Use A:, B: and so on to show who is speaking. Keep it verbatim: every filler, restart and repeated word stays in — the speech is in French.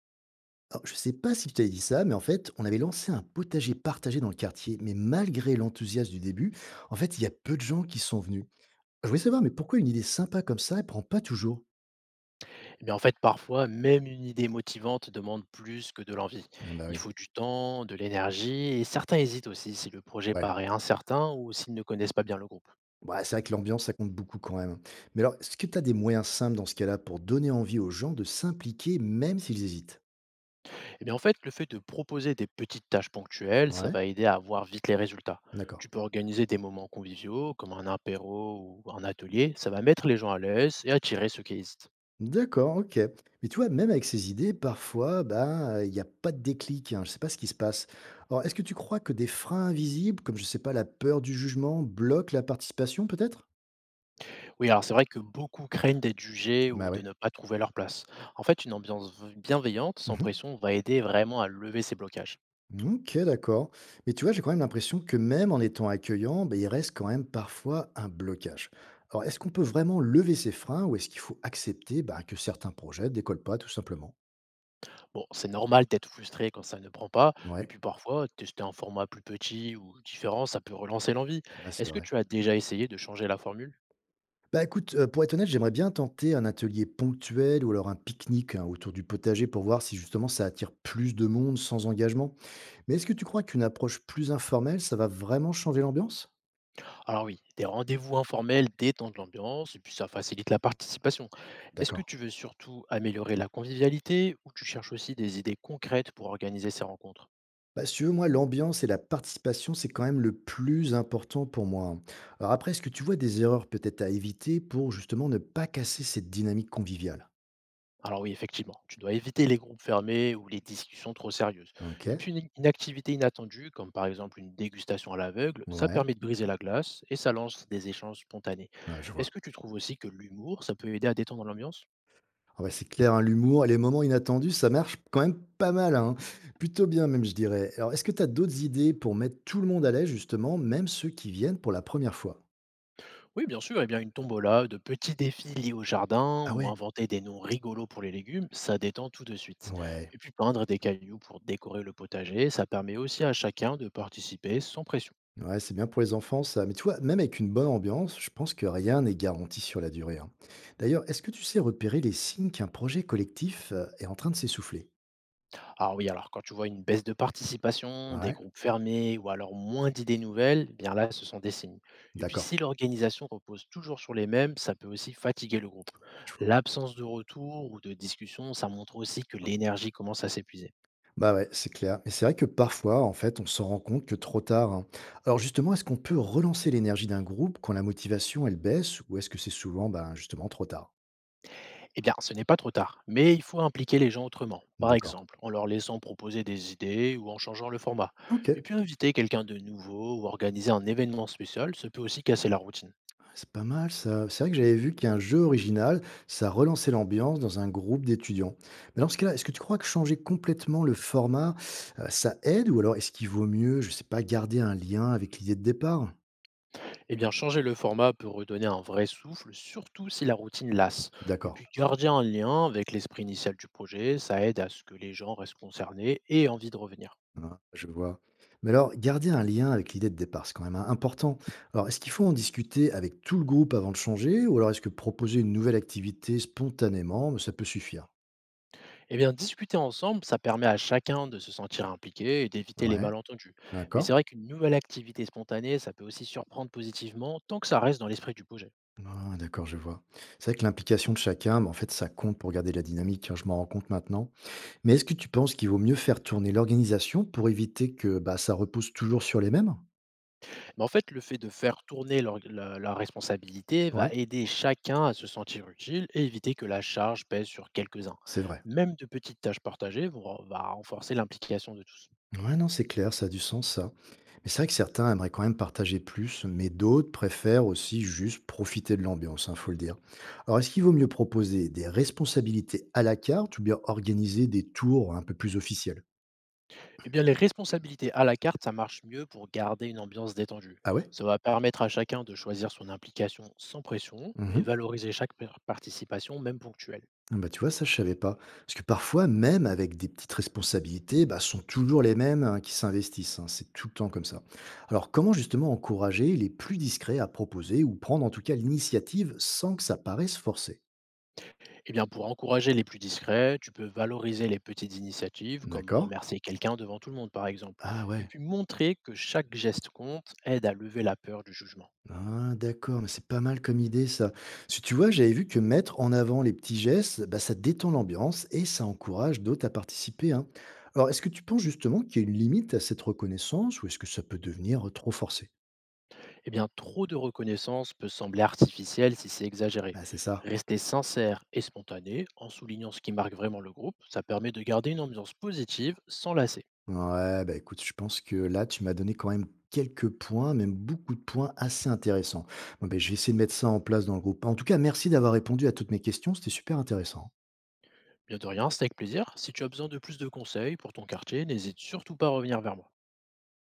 A: Alors, je sais pas si je t'avais dit ça, mais en fait, on avait lancé un potager partagé dans le quartier. Mais malgré l'enthousiasme du début, en fait, il y a peu de gens qui sont venus. Je voulais savoir, mais pourquoi une idée sympa comme ça, elle prend pas toujours?
B: Eh bien, en fait, parfois, même une idée motivante demande plus que de l'envie.
A: Ah bah
B: Il
A: oui,
B: faut du temps, de l'énergie, et certains hésitent aussi si le projet
A: ouais.
B: paraît incertain ou s'ils ne connaissent pas bien le groupe.
A: Ouais, c'est vrai que l'ambiance, ça compte beaucoup quand même. Mais alors, est-ce que tu as des moyens simples dans ce cas-là pour donner envie aux gens de s'impliquer même s'ils hésitent?
B: Eh bien, en fait, le fait de proposer des petites tâches ponctuelles, ça
A: Ouais,
B: va aider à voir vite les résultats.
A: d'accord.
B: Tu peux organiser des moments conviviaux, comme un apéro ou un atelier, ça va mettre les gens à l'aise et attirer ceux qui hésitent.
A: D'accord, OK. Mais tu vois, même avec ces idées, parfois, ben, il n'y a pas de déclic, hein, je ne sais pas ce qui se passe. Alors, est-ce que tu crois que des freins invisibles, comme je ne sais pas, la peur du jugement, bloquent la participation peut-être?
B: Oui, alors c'est vrai que beaucoup craignent d'être jugés
A: Bah
B: ou de
A: oui.
B: ne pas trouver leur place. En fait, une ambiance v- bienveillante, sans pression, va aider vraiment à lever ces blocages.
A: Ok, d'accord. Mais tu vois, j'ai quand même l'impression que même en étant accueillant, ben, il reste quand même parfois un blocage. Alors, est-ce qu'on peut vraiment lever ces freins ou est-ce qu'il faut accepter ben, que certains projets ne décollent pas, tout simplement?
B: Bon, c'est normal d'être frustré quand ça ne prend pas, et
A: Ouais,
B: puis parfois, tester un format plus petit ou différent, ça peut relancer l'envie.
A: ouais, c'est
B: Est-ce que
A: vrai.
B: tu as déjà essayé de changer la formule?
A: Bah écoute, heu, pour être honnête, j'aimerais bien tenter un atelier ponctuel ou alors un pique-nique, hein, autour du potager pour voir si justement ça attire plus de monde sans engagement. Mais est-ce que tu crois qu'une approche plus informelle, ça va vraiment changer l'ambiance?
B: Alors oui, des rendez-vous informels détendent l'ambiance, et puis ça facilite la participation. Est-ce que
A: D'accord.
B: tu veux surtout améliorer la convivialité, ou tu cherches aussi des idées concrètes pour organiser ces rencontres?
A: Bah, si tu veux, moi, l'ambiance et la participation, c'est quand même le plus important pour moi, hein. Alors après, est-ce que tu vois des erreurs peut-être à éviter pour justement ne pas casser cette dynamique conviviale?
B: Alors oui, effectivement, tu dois éviter les groupes fermés ou les discussions trop sérieuses. Et
A: OK,
B: puis une, une activité inattendue, comme par exemple une dégustation à l'aveugle, ça
A: ouais,
B: permet de briser la glace et ça lance des échanges spontanés.
A: ouais, je
B: Est-ce
A: vois.
B: que tu trouves aussi que l'humour, ça peut aider à détendre l'ambiance?
A: Ah ouais, c'est clair, hein, l'humour et les moments inattendus, ça marche quand même pas mal, hein. Plutôt bien même, je dirais. Alors, est-ce que tu as d'autres idées pour mettre tout le monde à l'aise, justement, même ceux qui viennent pour la première fois?
B: Oui, bien sûr, eh bien une tombola, de petits défis liés au jardin
A: Ah
B: ou
A: ouais?
B: inventer des noms rigolos pour les légumes, ça détend tout de suite.
A: Ouais,
B: Et puis peindre des cailloux pour décorer le potager, ça permet aussi à chacun de participer sans pression.
A: ouais, c'est bien pour les enfants, ça. Mais tu vois, même avec une bonne ambiance, je pense que rien n'est garanti sur la durée, hein. D'ailleurs, est-ce que tu sais repérer les signes qu'un projet collectif, euh, est en train de s'essouffler?
B: Ah oui, alors quand tu vois une baisse de participation, des
A: Ouais,
B: groupes fermés ou alors moins d'idées nouvelles, eh bien là, ce sont des signes. Et puis
A: d'accord.
B: si l'organisation repose toujours sur les mêmes, ça peut aussi fatiguer le groupe. L'absence de retour ou de discussion, ça montre aussi que l'énergie commence à s'épuiser.
A: Bah ouais, c'est clair. Et c'est vrai que parfois, en fait, on s'en rend compte que trop tard. hein. Alors justement, est-ce qu'on peut relancer l'énergie d'un groupe quand la motivation, elle baisse, ou est-ce que c'est souvent, ben, justement, trop tard?
B: Eh bien, ce n'est pas trop tard, mais il faut impliquer les gens autrement. Par
A: D'accord.
B: exemple, en leur laissant proposer des idées ou en changeant le format.
A: Ok,
B: Et puis inviter quelqu'un de nouveau ou organiser un événement spécial, ça peut aussi casser la routine.
A: c'est pas mal ça. C'est vrai que j'avais vu qu'un jeu original, ça relançait l'ambiance dans un groupe d'étudiants. Mais dans ce cas-là, est-ce que tu crois que changer complètement le format, euh, ça aide, ou alors est-ce qu'il vaut mieux, je sais pas, garder un lien avec l'idée de départ?
B: Eh bien, changer le format peut redonner un vrai souffle, surtout si la routine lasse. Et
A: D'accord.
B: puis, garder un lien avec l'esprit initial du projet, ça aide à ce que les gens restent concernés et aient envie de revenir.
A: Ah, je vois. Mais alors, garder un lien avec l'idée de départ, c'est quand même hein, important. Alors, est-ce qu'il faut en discuter avec tout le groupe avant de changer, ou alors est-ce que proposer une nouvelle activité spontanément, bah, ça peut suffire?
B: Eh bien, discuter ensemble, ça permet à chacun de se sentir impliqué et d'éviter les
A: Ouais,
B: malentendus. Mais
A: d'accord.
B: c'est vrai qu'une nouvelle activité spontanée, ça peut aussi surprendre positivement tant que ça reste dans l'esprit du projet.
A: Ah, d'accord, je vois. C'est vrai que l'implication de chacun, bah, en fait, ça compte pour garder la dynamique, hein, je m'en rends compte maintenant. Mais est-ce que tu penses qu'il vaut mieux faire tourner l'organisation pour éviter que bah, ça repose toujours sur les mêmes?
B: Mais en fait, le fait de faire tourner leur la la responsabilité va
A: Ouais,
B: aider chacun à se sentir utile et éviter que la charge pèse sur quelques-uns.
A: c'est vrai.
B: Même de petites tâches partagées vont va renforcer l'implication de tous.
A: Ouais, non, c'est clair, ça a du sens, ça. Mais c'est vrai que certains aimeraient quand même partager plus, mais d'autres préfèrent aussi juste profiter de l'ambiance, il faut le dire. Alors, est-ce qu'il vaut mieux proposer des responsabilités à la carte ou bien organiser des tours un peu plus officiels?
B: Eh bien, les responsabilités à la carte, ça marche mieux pour garder une ambiance détendue.
A: Ah ouais?
B: Ça va permettre à chacun de choisir son implication sans pression et
A: Mhm.
B: valoriser chaque participation, même ponctuelle.
A: Ah bah, tu vois, ça, je savais pas. Parce que parfois, même avec des petites responsabilités, bah, sont toujours les mêmes hein, qui s'investissent. hein. C'est tout le temps comme ça. Alors, comment justement encourager les plus discrets à proposer ou prendre en tout cas l'initiative sans que ça paraisse forcé?
B: Eh bien, pour encourager les plus discrets, tu peux valoriser les petites initiatives, comme
A: D'accord?
B: remercier quelqu'un devant tout le monde, par exemple.
A: Ah
B: Et
A: ouais.
B: puis montrer que chaque geste compte aide à lever la peur du jugement.
A: Ah d'accord, mais c'est pas mal comme idée ça. Si tu vois, j'avais vu que mettre en avant les petits gestes, bah, ça détend l'ambiance et ça encourage d'autres à participer, hein. Alors, est-ce que tu penses justement qu'il y a une limite à cette reconnaissance ou est-ce que ça peut devenir trop forcé?
B: Eh bien, trop de reconnaissance peut sembler artificielle si c'est exagéré.
A: Bah, c'est ça.
B: Rester sincère et spontané, en soulignant ce qui marque vraiment le groupe, ça permet de garder une ambiance positive sans lasser.
A: Ouais, bah écoute, je pense que là, tu m'as donné quand même quelques points, même beaucoup de points assez intéressants. Bon, ben, je vais essayer de mettre ça en place dans le groupe. En tout cas, merci d'avoir répondu à toutes mes questions, c'était super intéressant.
B: Bien de rien, c'est avec plaisir. Si tu as besoin de plus de conseils pour ton quartier, n'hésite surtout pas à revenir vers moi.